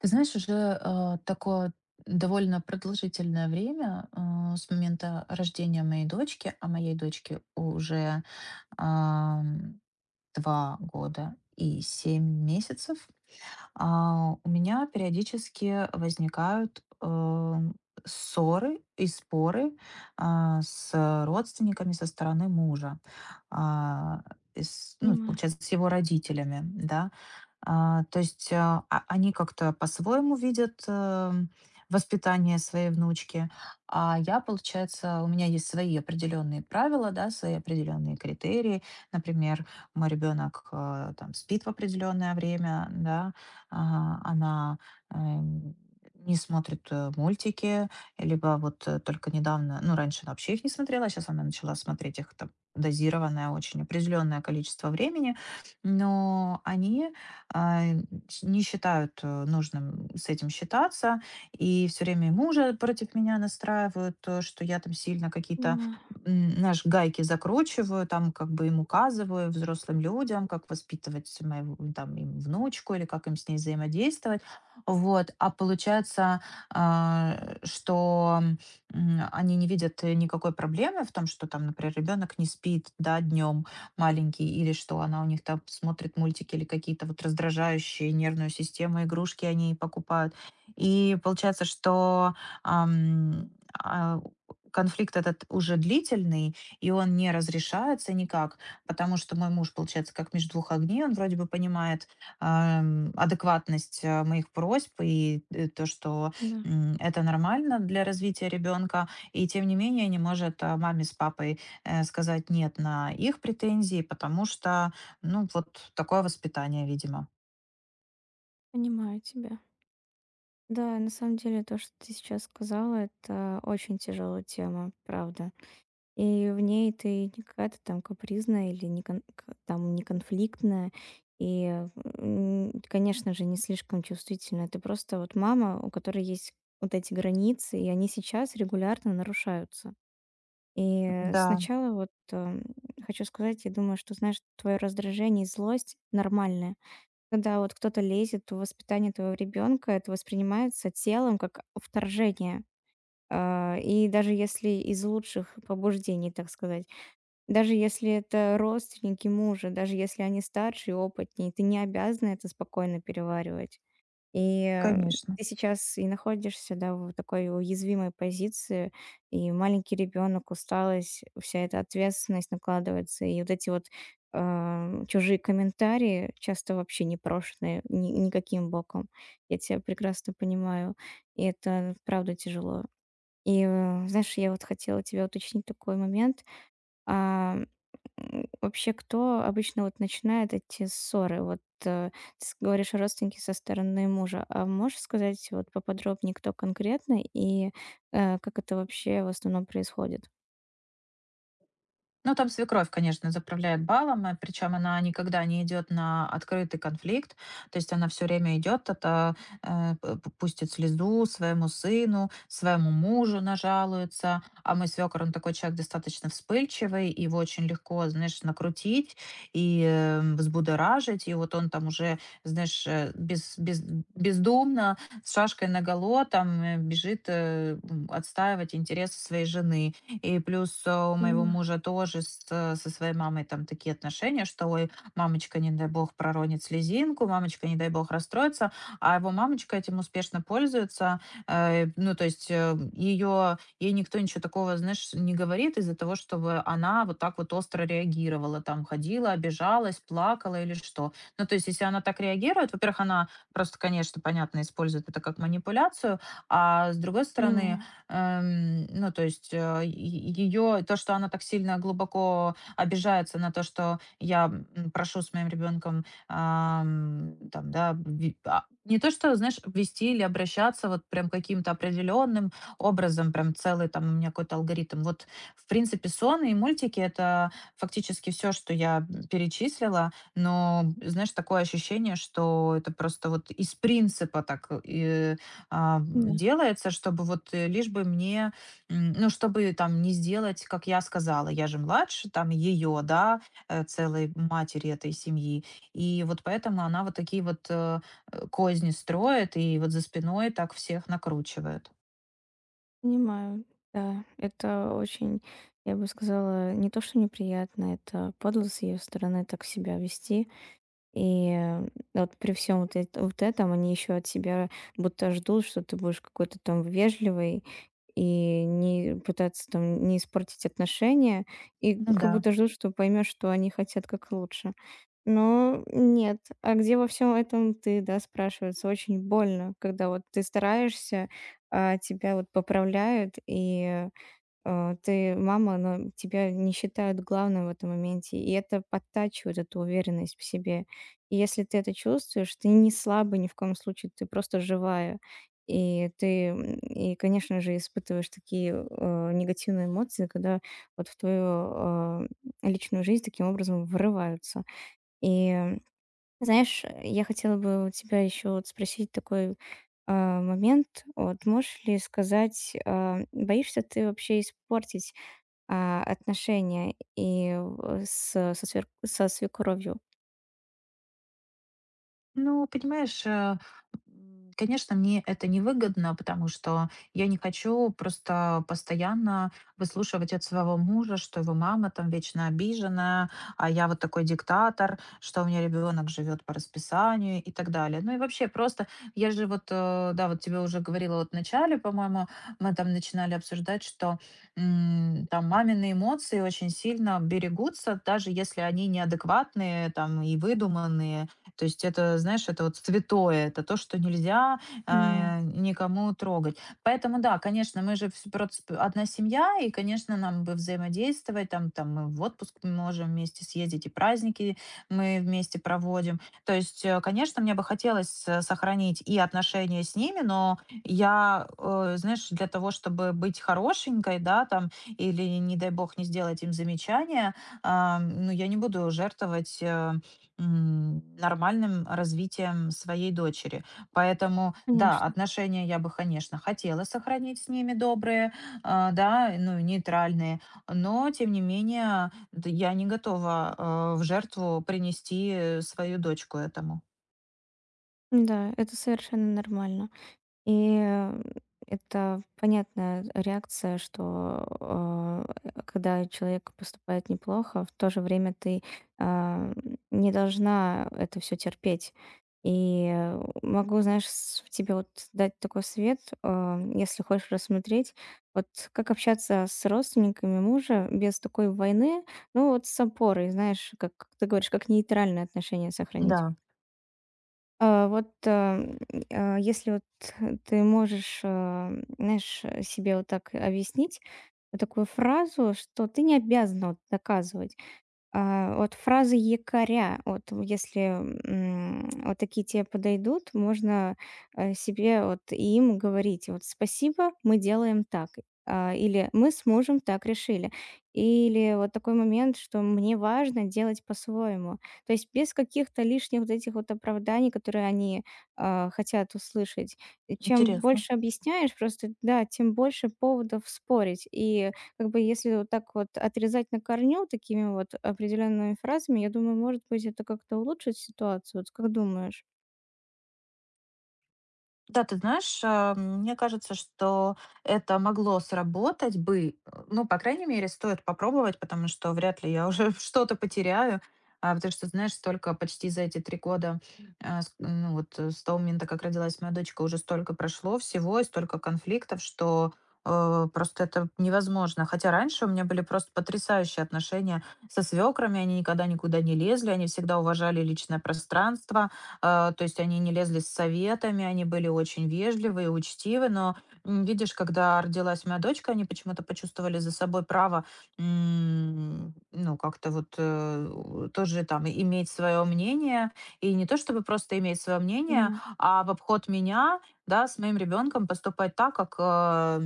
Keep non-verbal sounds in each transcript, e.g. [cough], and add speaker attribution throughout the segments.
Speaker 1: Ты знаешь, уже такое довольно продолжительное время с момента рождения моей дочки, а моей дочке уже ам, 2 года и 7 месяцев, у меня периодически возникают ссоры и споры с родственниками со стороны мужа, а, ну,
Speaker 2: Понимаю,
Speaker 1: получается, с его родителями, да. То есть, они как-то по-своему видят, воспитание своей внучки. А я, получается, у меня есть свои определенные правила, да, свои определенные критерии. Например, мой ребенок, там спит в определенное время, да, она, эм, не смотрит, мультики, либо вот, только недавно, ну, раньше она вообще их не смотрела, а сейчас она начала смотреть их там дозированное, очень определенное количество времени. Но они, а, не считают нужным с этим считаться. И все время и мужа против меня настраивают, что я там сильно какие-то
Speaker 2: понимаю.
Speaker 1: м, наш гайки закручиваю, там как бы им указываю взрослым людям, как воспитывать мою там им внучку или как им с ней взаимодействовать. Вот. А получается, что они не видят никакой проблемы в том, что там, например, ребенок не спит, да, днем, маленький, или что она у них там смотрит мультики или какие-то вот раздражающие нервную систему игрушки они покупают. И получается, что, ам, а, конфликт этот уже длительный, и он не разрешается никак, потому что мой муж, получается, как между двух огней. Он вроде бы понимает, адекватность, моих просьб и, то, что,
Speaker 2: Да,
Speaker 1: это нормально для развития ребенка, и тем не менее не может, маме с папой сказать нет на их претензии, потому что, ну, вот такое воспитание, видимо.
Speaker 2: понимаю тебя. Да, на самом деле то, что ты сейчас сказала, это очень тяжелая тема, правда. И в ней ты не какая-то там капризная или не кон- к- там не конфликтная, и, конечно же, не слишком чувствительная. Ты просто вот мама, у которой есть вот эти границы, и они сейчас регулярно нарушаются. И
Speaker 1: Да,
Speaker 2: сначала хочу сказать, я думаю, что, знаешь, твое раздражение и злость нормальное. Когда вот кто-то лезет в воспитание твоего ребенка, это воспринимается телом как вторжение. И даже если из лучших побуждений, так сказать, даже если это родственники мужа, даже если они старше и опытнее, ты не обязана это спокойно переваривать. И, э,
Speaker 1: конечно.
Speaker 2: Ты сейчас и находишься, да, в такой уязвимой позиции, и маленький ребенок, усталость, вся эта ответственность накладывается, и вот эти вот, чужие комментарии, часто вообще непрошенные, ни никаким боком. Я тебя прекрасно понимаю, и это правда тяжело. Знаешь, я вот хотела тебя уточнить такой момент. А Вообще, кто обычно вот начинает эти ссоры? Ты с говоришь, родственники со стороны мужа. А можешь сказать вот поподробнее, кто конкретно и, как это вообще в основном происходит?
Speaker 1: Ну, там свекровь, конечно, заправляет балом, причем она никогда не идет на открытый конфликт, то есть она все время идет, это пустит слезу своему сыну, своему мужу нажалуется, а мой свекор, он такой человек достаточно вспыльчивый, его очень легко, знаешь, накрутить и взбудоражить, и вот он там уже, знаешь, э, без, без, бездумно с шашкой наголо там бежит отстаивать интересы своей жены, и плюс, у моего
Speaker 2: Понимаю,
Speaker 1: мужа тоже с со своей мамой там такие отношения, что: "Ой, мамочка, не дай бог, проронит слезинку, мамочка, не дай бог, расстроится". А его мамочка этим успешно пользуется. Ну, то есть, ее ей никто ничего такого, знаешь, не говорит из-за того, чтобы она вот так вот остро реагировала, там ходила, обижалась, плакала или что. Ну, то есть, если она так реагирует, во-первых, она просто, конечно, понятно, использует это как манипуляцию, а с другой стороны,
Speaker 2: понимаю.
Speaker 1: Ну, то есть, э, ее то, что она так сильно глубоко обижается на то, что я, прошу с моим ребенком, там, да, не то, что, знаешь, вести или обращаться вот прям каким-то определенным образом, прям целый там у меня какой-то алгоритм. Вот, в принципе, сон и мультики- это фактически все, что я, перечислила, но, знаешь, такое ощущение, что это просто вот из принципа так, а,
Speaker 2: Да,
Speaker 1: делается, чтобы вот лишь бы мне, ну, чтобы там не сделать, как я сказала, я же младше, там ее, да, целой матери этой семьи. И вот поэтому она вот такие вот козни строит и вот за спиной так всех накручивает.
Speaker 2: понимаю. Да, это очень, я бы сказала, не то что неприятно, это подло с её стороны так себя вести. И, э, вот при всем вот эт вот этом они еще от себя будто ждут, что ты будешь какой-то там вежливый, и не пытаться там не испортить отношения, и
Speaker 1: Ну
Speaker 2: как
Speaker 1: да.
Speaker 2: будто ждут, что поймешь, что они хотят как лучше. Но нет. А где во всем этом ты, да, спрашивается? Очень больно, когда вот ты стараешься, а тебя вот поправляют и, ты мама, она тебя не считает главным в этом моменте, и это подтачивает эту уверенность в себе. И если ты это чувствуешь, ты не слабый ни в коем случае, ты просто живая. И конечно же, испытываешь такие негативные эмоции, когда вот в твою э, личную жизнь таким образом врываются. И, знаешь, я хотела бы у тебя еще вот спросить такой момент. Вот можешь ли сказать, боишься ты вообще испортить отношения и в с со свер со свекровью.
Speaker 1: Ну, понимаешь, конечно, мне это невыгодно, потому что я не хочу просто постоянно выслушивать от своего мужа, что его мама там вечно обижена, а я вот такой диктатор, что у меня ребенок живет по расписанию и так далее. Ну и вообще просто, я же вот, да, вот тебе уже говорила вот в начале, по-моему, мы там начинали обсуждать, что там мамины эмоции очень сильно берегутся, даже если они неадекватные там и выдуманные, то есть это, знаешь, это вот святое, это то, что нельзя
Speaker 2: Понимаю,
Speaker 1: никому трогать. Поэтому да, конечно, мы же одна семья, и, конечно, нам бы взаимодействовать, там, там мы в отпуск можем вместе съездить, и праздники мы вместе проводим. То есть, конечно, мне бы хотелось сохранить и отношения с ними, но я, знаешь, для того, чтобы быть хорошенькой, да, там, или, не дай бог, не сделать им замечания, ну, я не буду жертвовать нормальным развитием своей дочери. Поэтому, да,
Speaker 2: конечно.
Speaker 1: отношения я бы, конечно, хотела сохранить с ними добрые, да, ну, и нейтральные, но, тем не менее, я не готова в жертву принести свою дочку этому.
Speaker 2: Да, это совершенно нормально. И, э, это понятная реакция, что, когда человек поступает неплохо, в то же время ты, а, не должна это все терпеть. Могу, знаешь, с тебе вот дать такой совет, если хочешь рассмотреть, вот как общаться с родственниками мужа без такой войны, ну, вот с опорой, знаешь, как ты говоришь, как нейтральное отношение сохранить.
Speaker 1: Да,
Speaker 2: А, вот, эм, Если вот ты можешь, знаешь, себе вот так объяснить, вот такую фразу, что ты не обязана вот доказывать. Вот фразы якоря, вот если, вот такие те подойдут, можно, себе вот и им говорить: "Вот спасибо, мы делаем так". Или "Мы с мужем так решили". Или вот такой момент, что "мне важно делать по-своему". То есть без каких-то лишних вот этих вот оправданий, которые они, хотят услышать. И чем
Speaker 1: интересно.
Speaker 2: больше объясняешь, просто, да, тем больше поводов спорить. И как бы если вот так вот отрезать на корню такими вот определенными фразами, я думаю, может быть, это как-то улучшит ситуацию. Вот как думаешь?
Speaker 1: Да, ты знаешь, мне кажется, что это могло сработать бы. Ну, по крайней мере, стоит попробовать, потому что вряд ли я уже [laughs] что-то потеряю. Потому что, знаешь, столько почти за эти 3 года, ну вот с того момента, как родилась моя дочка, уже столько прошло всего и столько конфликтов, что просто это невозможно. Хотя раньше у меня были просто потрясающие отношения со свекрами, они никогда никуда не лезли, они всегда уважали личное пространство, то есть они не лезли с советами, они были очень вежливы и учтивы, но, видишь, когда родилась моя дочка, они почему-то почувствовали за собой право, ну, как-то вот тоже там иметь свое мнение, и не то чтобы просто иметь свое мнение,
Speaker 2: Понимаю,
Speaker 1: а в обход меня, да, с моим ребенком поступать так, как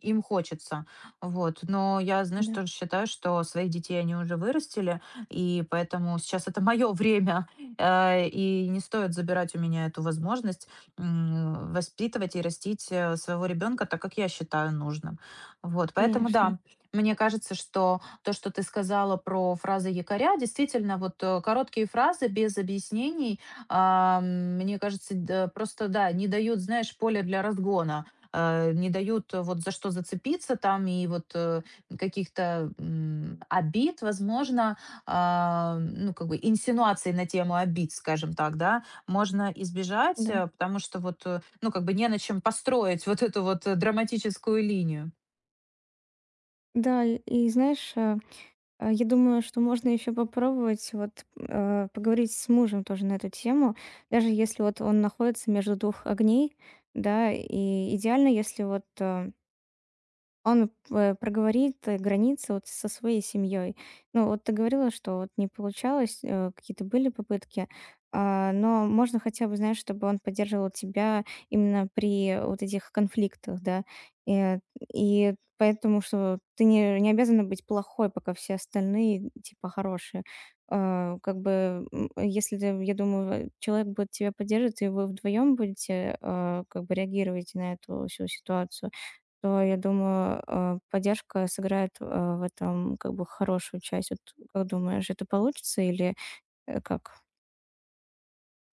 Speaker 1: им хочется. Вот. Но я, знаешь,
Speaker 2: да,
Speaker 1: тоже считаю, что своих детей они уже вырастили, и поэтому сейчас это мое время. И не стоит забирать у меня эту возможность, воспитывать и растить, своего ребенка так, как я считаю нужным. Вот, поэтому
Speaker 2: конечно,
Speaker 1: да, мне кажется, что то, что ты сказала про фразы якоря, действительно, вот, короткие фразы без объяснений, мне кажется, д просто, да, не дают, знаешь, поля для разгона, не дают вот за что зацепиться там и вот, каких-то, обид, возможно, ну, как бы инсинуаций на тему обид, скажем так, да, можно избежать,
Speaker 2: да.
Speaker 1: потому что вот, ну, как бы не на чем построить [laughs] вот эту вот драматическую линию.
Speaker 2: Да, и знаешь, я думаю, что можно еще попробовать поговорить с мужем тоже на эту тему, даже если вот он находится между двух огней, да, и идеально, если он п проговорит границы вот со своей семьей. Ну, вот ты говорила, что вот не получалось, какие-то были попытки, но можно хотя бы, знаешь, чтобы он поддерживал тебя именно при вот этих конфликтах, да. Э, и поэтому, что ты не обязана быть плохой, пока все остальные типа хорошие. Если ты, я думаю, человек будет тебя поддерживать, и вы вдвоем будете, как бы реагировать на эту всю ситуацию, то, я думаю, поддержка сыграет, в этом как бы хорошую часть. Вот как думаешь, это получится или, как?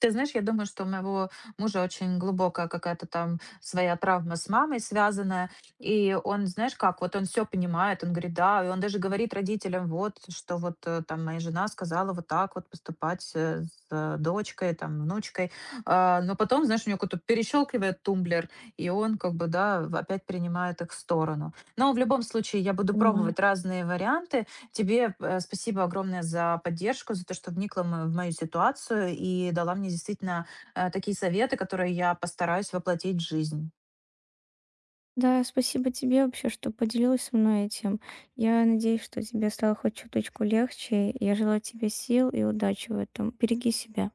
Speaker 1: Ты знаешь, я думаю, что у моего мужа очень глубокая какая-то там своя травма с мамой связанная. И он, знаешь как, вот он все понимает, он говорит, да, и он даже говорит родителям, вот, что вот там моя жена сказала вот так вот поступать дочкой, там, внучкой. Но потом, знаешь, у него какой-то перещелкивает тумблер, и он как бы, да, опять принимает их в сторону. Но в любом случае я буду
Speaker 2: Понимаю.
Speaker 1: пробовать разные варианты. Тебе спасибо огромное за поддержку, за то, что вникла в мою ситуацию и дала мне действительно такие советы, которые я постараюсь воплотить в жизнь.
Speaker 2: Да, спасибо тебе вообще, что поделилась со мной этим. Я надеюсь, что тебе стало хоть чуточку легче. Я желаю тебе сил и удачи в этом. Береги себя.